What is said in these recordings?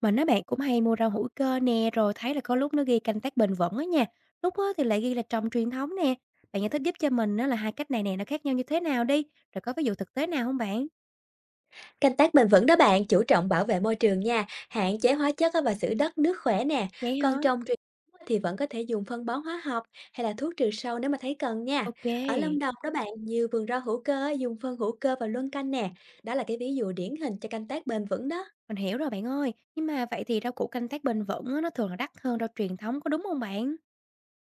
Mình á bạn cũng hay mua rau hữu cơ nè, rồi thấy là có lúc nó ghi canh tác bền vững á nha, lúc á thì lại ghi là trồng truyền thống nè. Bạn giải thích giúp cho mình á là hai cách này nè nó khác nhau như thế nào đi, rồi có ví dụ thực tế nào không bạn? Canh tác bền vững đó bạn, chú trọng bảo vệ môi trường nha, hạn chế hóa chất á và giữ đất nước khỏe nè. Vậy Còn hả? trồng truyền thống á thì vẫn có thể dùng phân bón hóa học hay là thuốc trừ sâu nếu mà thấy cần nha. Ở Lâm OK, Đồng đó bạn, nhiều vườn rau hữu cơ á, dùng phân hữu cơ và luân canh nè. Đó là cái ví dụ điển hình cho canh tác bền vững đó. mình hiểu rồi bạn ơi, nhưng mà vậy thì rau củ canh tác bền vững á nó thường là đắt hơn rau truyền thống có đúng không bạn?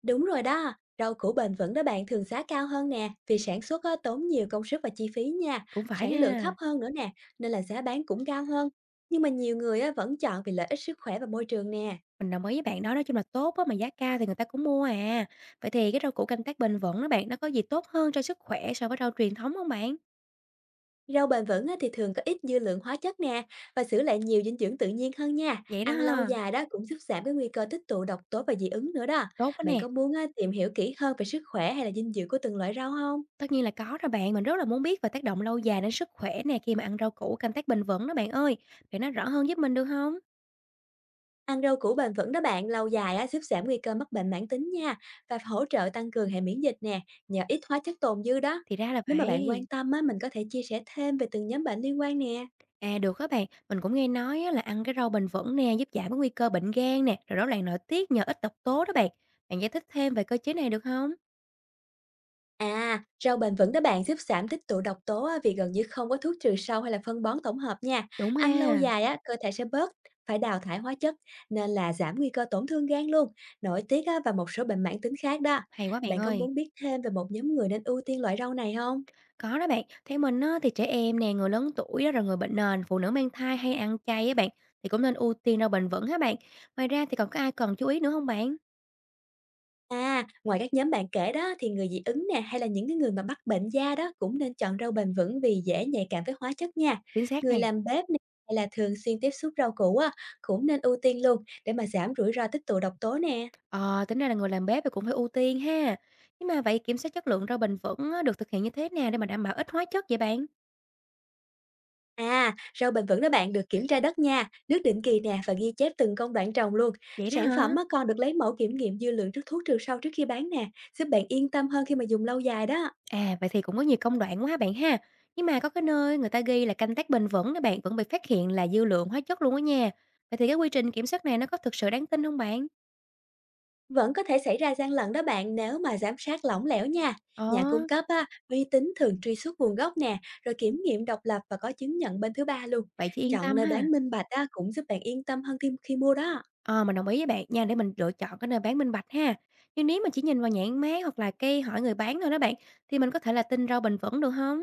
Đúng rồi đó, rau củ bền vững đó bạn thường giá cao hơn nè, vì sản xuất á, tốn nhiều công sức và chi phí nha, Cũng phải sản lượng thấp ha, hơn nữa nè, nên là giá bán cũng cao hơn. Nhưng mà nhiều người á, vẫn chọn vì lợi ích sức khỏe và môi trường nè. mình đồng ý với bạn đó, nói chung là tốt á mà giá cao thì người ta cũng mua à. Vậy thì cái rau củ canh tác bền vững đó bạn, nó có gì tốt hơn cho sức khỏe so với rau truyền thống không bạn? Rau bền vững á, thì thường có ít dư lượng hóa chất nè và giữ lại nhiều dinh dưỡng tự nhiên hơn nha. Vậy đó Ăn lâu ha, dài đó cũng giúp giảm cái nguy cơ tích tụ độc tố và dị ứng nữa đó. tốt quá Bạn nè. có muốn á, tìm hiểu kỹ hơn về sức khỏe hay là dinh dưỡng của từng loại rau không? Tất nhiên là có rồi bạn, mình rất là muốn biết về tác động lâu dài đến sức khỏe nè khi mà ăn rau củ canh tác bền vững đó bạn ơi. Bạn nói rõ hơn giúp mình được không? Ăn rau củ bền vững đó bạn, lâu dài á, giúp giảm nguy cơ mắc bệnh mãn tính nha và hỗ trợ tăng cường hệ miễn dịch nè nhờ ít hóa chất tồn dư đó. Thì ra là Nếu mà bạn quan vậy. tâm á, mình có thể chia sẻ thêm về từng nhóm bệnh liên quan nè. À, được các bạn, mình cũng nghe nói á là ăn cái rau bền vững nè, giúp giảm cái nguy cơ bệnh gan nè, rồi rối loạn nội tiết nhờ ít độc tố đó bạn. Bạn giải thích thêm về cơ chế này được không? À, rau bền vững đó bạn giúp giảm tích tụ độc tố á, vì gần như không có thuốc trừ sâu hay là phân bón tổng hợp nha. Đúng Ăn lâu ha, dài á, cơ thể sẽ bớt phải đào thải hóa chất nên là giảm nguy cơ tổn thương gan luôn, nội tiết á, và một số bệnh mãn tính khác đó. hay quá bạn Bạn có ơi. muốn biết thêm về một nhóm người nên ưu tiên loại rau này không? Có đó bạn, theo mình á thì trẻ em nè, người lớn tuổi đó rồi người bệnh nền, phụ nữ mang thai hay ăn chay á bạn, thì cũng nên ưu tiên rau bền vững há bạn. Ngoài ra thì còn có ai cần chú ý nữa không bạn? À, ngoài các nhóm bạn kể đó thì người dị ứng nè hay là những cái người mà mắc bệnh da đó cũng nên chọn rau bền vững vì dễ nhạy cảm với hóa chất nha. Chính xác Người nè. làm bếp nè hay là thường xuyên tiếp xúc rau củ á cũng nên ưu tiên luôn để mà giảm rủi ro tích tụ độc tố nè. Ờ, tính ra là người làm bếp thì cũng phải ưu tiên ha. Nhưng mà vậy kiểm soát chất lượng rau bền vững á, được thực hiện như thế nào để mà đảm bảo ít hóa chất vậy bạn? À, rau bền vững đó bạn được kiểm tra đất nha, nước định kỳ nè và ghi chép từng công đoạn trồng luôn. Vậy đó Sản hả? phẩm á còn được lấy mẫu kiểm nghiệm dư lượng trước thuốc trừ sâu trước khi bán nè, giúp bạn yên tâm hơn khi mà dùng lâu dài đó. À, vậy thì cũng có nhiều công đoạn quá ha bạn ha. Nhưng mà có cái nơi người ta ghi là canh tác bền vững đó bạn vẫn bị phát hiện là dư lượng hóa chất luôn á nha. Vậy thì cái quy trình kiểm soát này nó có thực sự đáng tin không bạn? Vẫn có thể xảy ra gian lận đó bạn nếu mà giám sát lỏng lẻo nha. Ờ, Nhà cung cấp á, uy tín thường truy xuất nguồn gốc nè, rồi kiểm nghiệm độc lập và có chứng nhận bên thứ ba luôn. vậy chứ yên Chọn tâm nơi ha. bán minh bạch á, cũng giúp bạn yên tâm hơn khi mua đó. Ờ, mình đồng ý với bạn nha để mình lựa chọn cái nơi bán minh bạch ha. Nhưng nếu mà chỉ nhìn vào nhãn mác hoặc là cây hỏi người bán thôi đó bạn thì mình có thể là tin rau bền vững được không?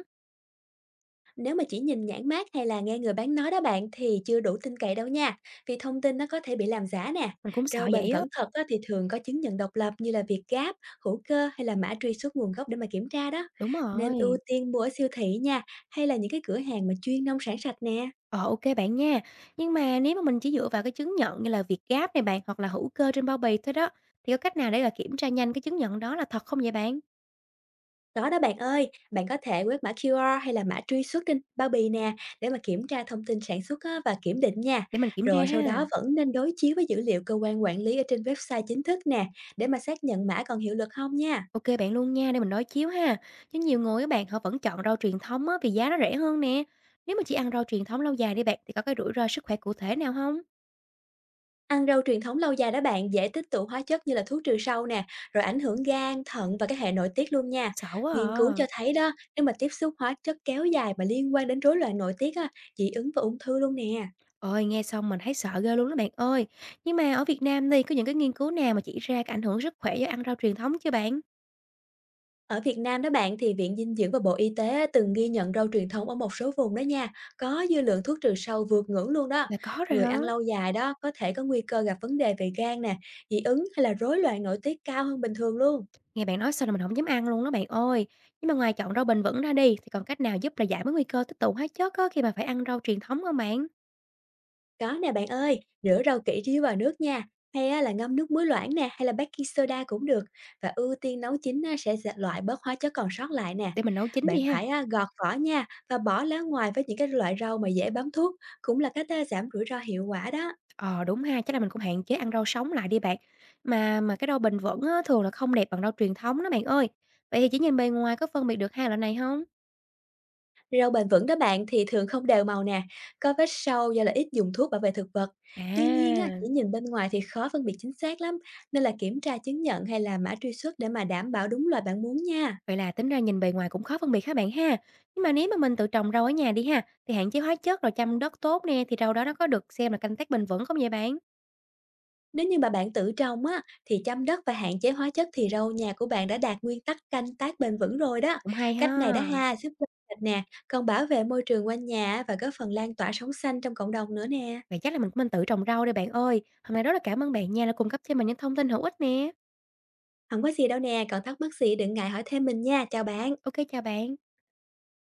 Nếu mà chỉ nhìn nhãn mác hay là nghe người bán nói đó bạn thì chưa đủ tin cậy đâu nha, vì thông tin nó có thể bị làm giả nè. Mình cũng sợ Rau bền vậy á. vẫn thật á, thì thường có chứng nhận độc lập như là Việt Gáp, hữu cơ hay là mã truy xuất nguồn gốc để mà kiểm tra đó. Đúng Nên ưu rồi. tiên mua ở siêu thị nha, hay là những cái cửa hàng mà chuyên nông sản sạch nè. Ờ, OK bạn nha. Nhưng mà nếu mà mình chỉ dựa vào cái chứng nhận như là Việt Gáp này bạn, hoặc là hữu cơ trên bao bì thôi đó, thì có cách nào để, là kiểm tra nhanh cái chứng nhận đó là thật không vậy bạn? Có đó bạn ơi, bạn có thể quét mã QR hay là mã truy xuất trên bao bì nè để mà kiểm tra thông tin sản xuất á, và kiểm định nha. Để mình kiểm tra Rồi sau ha. đó vẫn nên đối chiếu với dữ liệu cơ quan quản lý ở trên website chính thức nè để mà xác nhận mã còn hiệu lực không nha. OK bạn luôn nha, để mình đối chiếu ha. Chứ nhiều người các bạn, họ vẫn chọn rau truyền thống á vì giá nó rẻ hơn nè. Nếu mà chỉ ăn rau truyền thống lâu dài đi bạn, thì có cái rủi ro sức khỏe cụ thể nào không? Ăn rau truyền thống lâu dài đó bạn dễ tích tụ hóa chất như là thuốc trừ sâu nè, rồi ảnh hưởng gan, thận và các hệ nội tiết luôn nha. Sợ quá Nghiên cứu à. cho thấy đó, nếu mà tiếp xúc hóa chất kéo dài mà liên quan đến rối loạn nội tiết á, dị ứng và ung thư luôn nè. Ôi, nghe xong mình thấy sợ ghê luôn đó bạn ơi. Nhưng mà ở Việt Nam thì có những cái nghiên cứu nào mà chỉ ra cái ảnh hưởng sức khỏe do ăn rau truyền thống chưa bạn? Ở Việt Nam đó bạn thì Viện Dinh dưỡng và Bộ Y tế á, từng ghi nhận rau truyền thống ở một số vùng đó nha, có dư lượng thuốc trừ sâu vượt ngưỡng luôn đó. Là có rồi Người hả? ăn lâu dài đó có thể có nguy cơ gặp vấn đề về gan nè, dị ứng hay là rối loạn nội tiết cao hơn bình thường luôn. Nghe bạn nói xong là mình không dám ăn luôn đó bạn ơi. Nhưng mà ngoài chọn rau bền vững ra đi, thì còn cách nào giúp là giảm cái nguy cơ tích tụ hóa chất á, khi mà phải ăn rau truyền thống không bạn? Có nè bạn ơi, rửa rau kỹ trước khi vào nước nha, hay á là ngâm nước muối loãng nè, hay là baking soda cũng được. Và ưu tiên nấu chín á, sẽ dẹp loại bớt hóa chất còn sót lại nè. Để mình nấu chín Bạn đi ha. phải á, gọt vỏ nha và bỏ lá ngoài với những cái loại rau mà dễ bám thuốc, cũng là cách á, giảm rủi ro hiệu quả đó. Ờ, đúng ha, chắc là mình cũng hạn chế ăn rau sống lại đi bạn. Mà cái rau bền vững á, thường là không đẹp bằng rau truyền thống đó bạn ơi. Vậy thì chỉ nhìn bề ngoài có phân biệt được hai loại này không? Rau bền vững đó bạn thì thường không đều màu nè, có vết sâu do là ít dùng thuốc bảo vệ thực vật. Tuy nhiên á, À, chỉ nhìn bên ngoài thì khó phân biệt chính xác lắm, nên là kiểm tra chứng nhận hay là mã truy xuất để mà đảm bảo đúng loại bạn muốn nha. vậy là tính ra nhìn bề ngoài cũng khó phân biệt hả bạn ha? Nhưng mà nếu mà mình tự trồng rau ở nhà đi ha, thì hạn chế hóa chất rồi chăm đất tốt nè, thì rau đó nó có được xem là canh tác bền vững không vậy bạn? Nếu như mà bạn tự trồng á, thì chăm đất và hạn chế hóa chất thì rau nhà của bạn đã đạt nguyên tắc canh tác bền vững rồi đó. Cũng hay Cách này đã ha. ha, giúp cho sạch nè, còn bảo vệ môi trường quanh nhà và góp phần lan tỏa sống xanh trong cộng đồng nữa nè. Vậy chắc là mình cũng nên tự trồng rau đây bạn ơi. Hôm nay rất là cảm ơn bạn nha đã cung cấp cho mình những thông tin hữu ích nè. Không có gì đâu nè, còn thắc mắc gì đừng ngại hỏi thêm mình nha, chào bạn. OK chào bạn.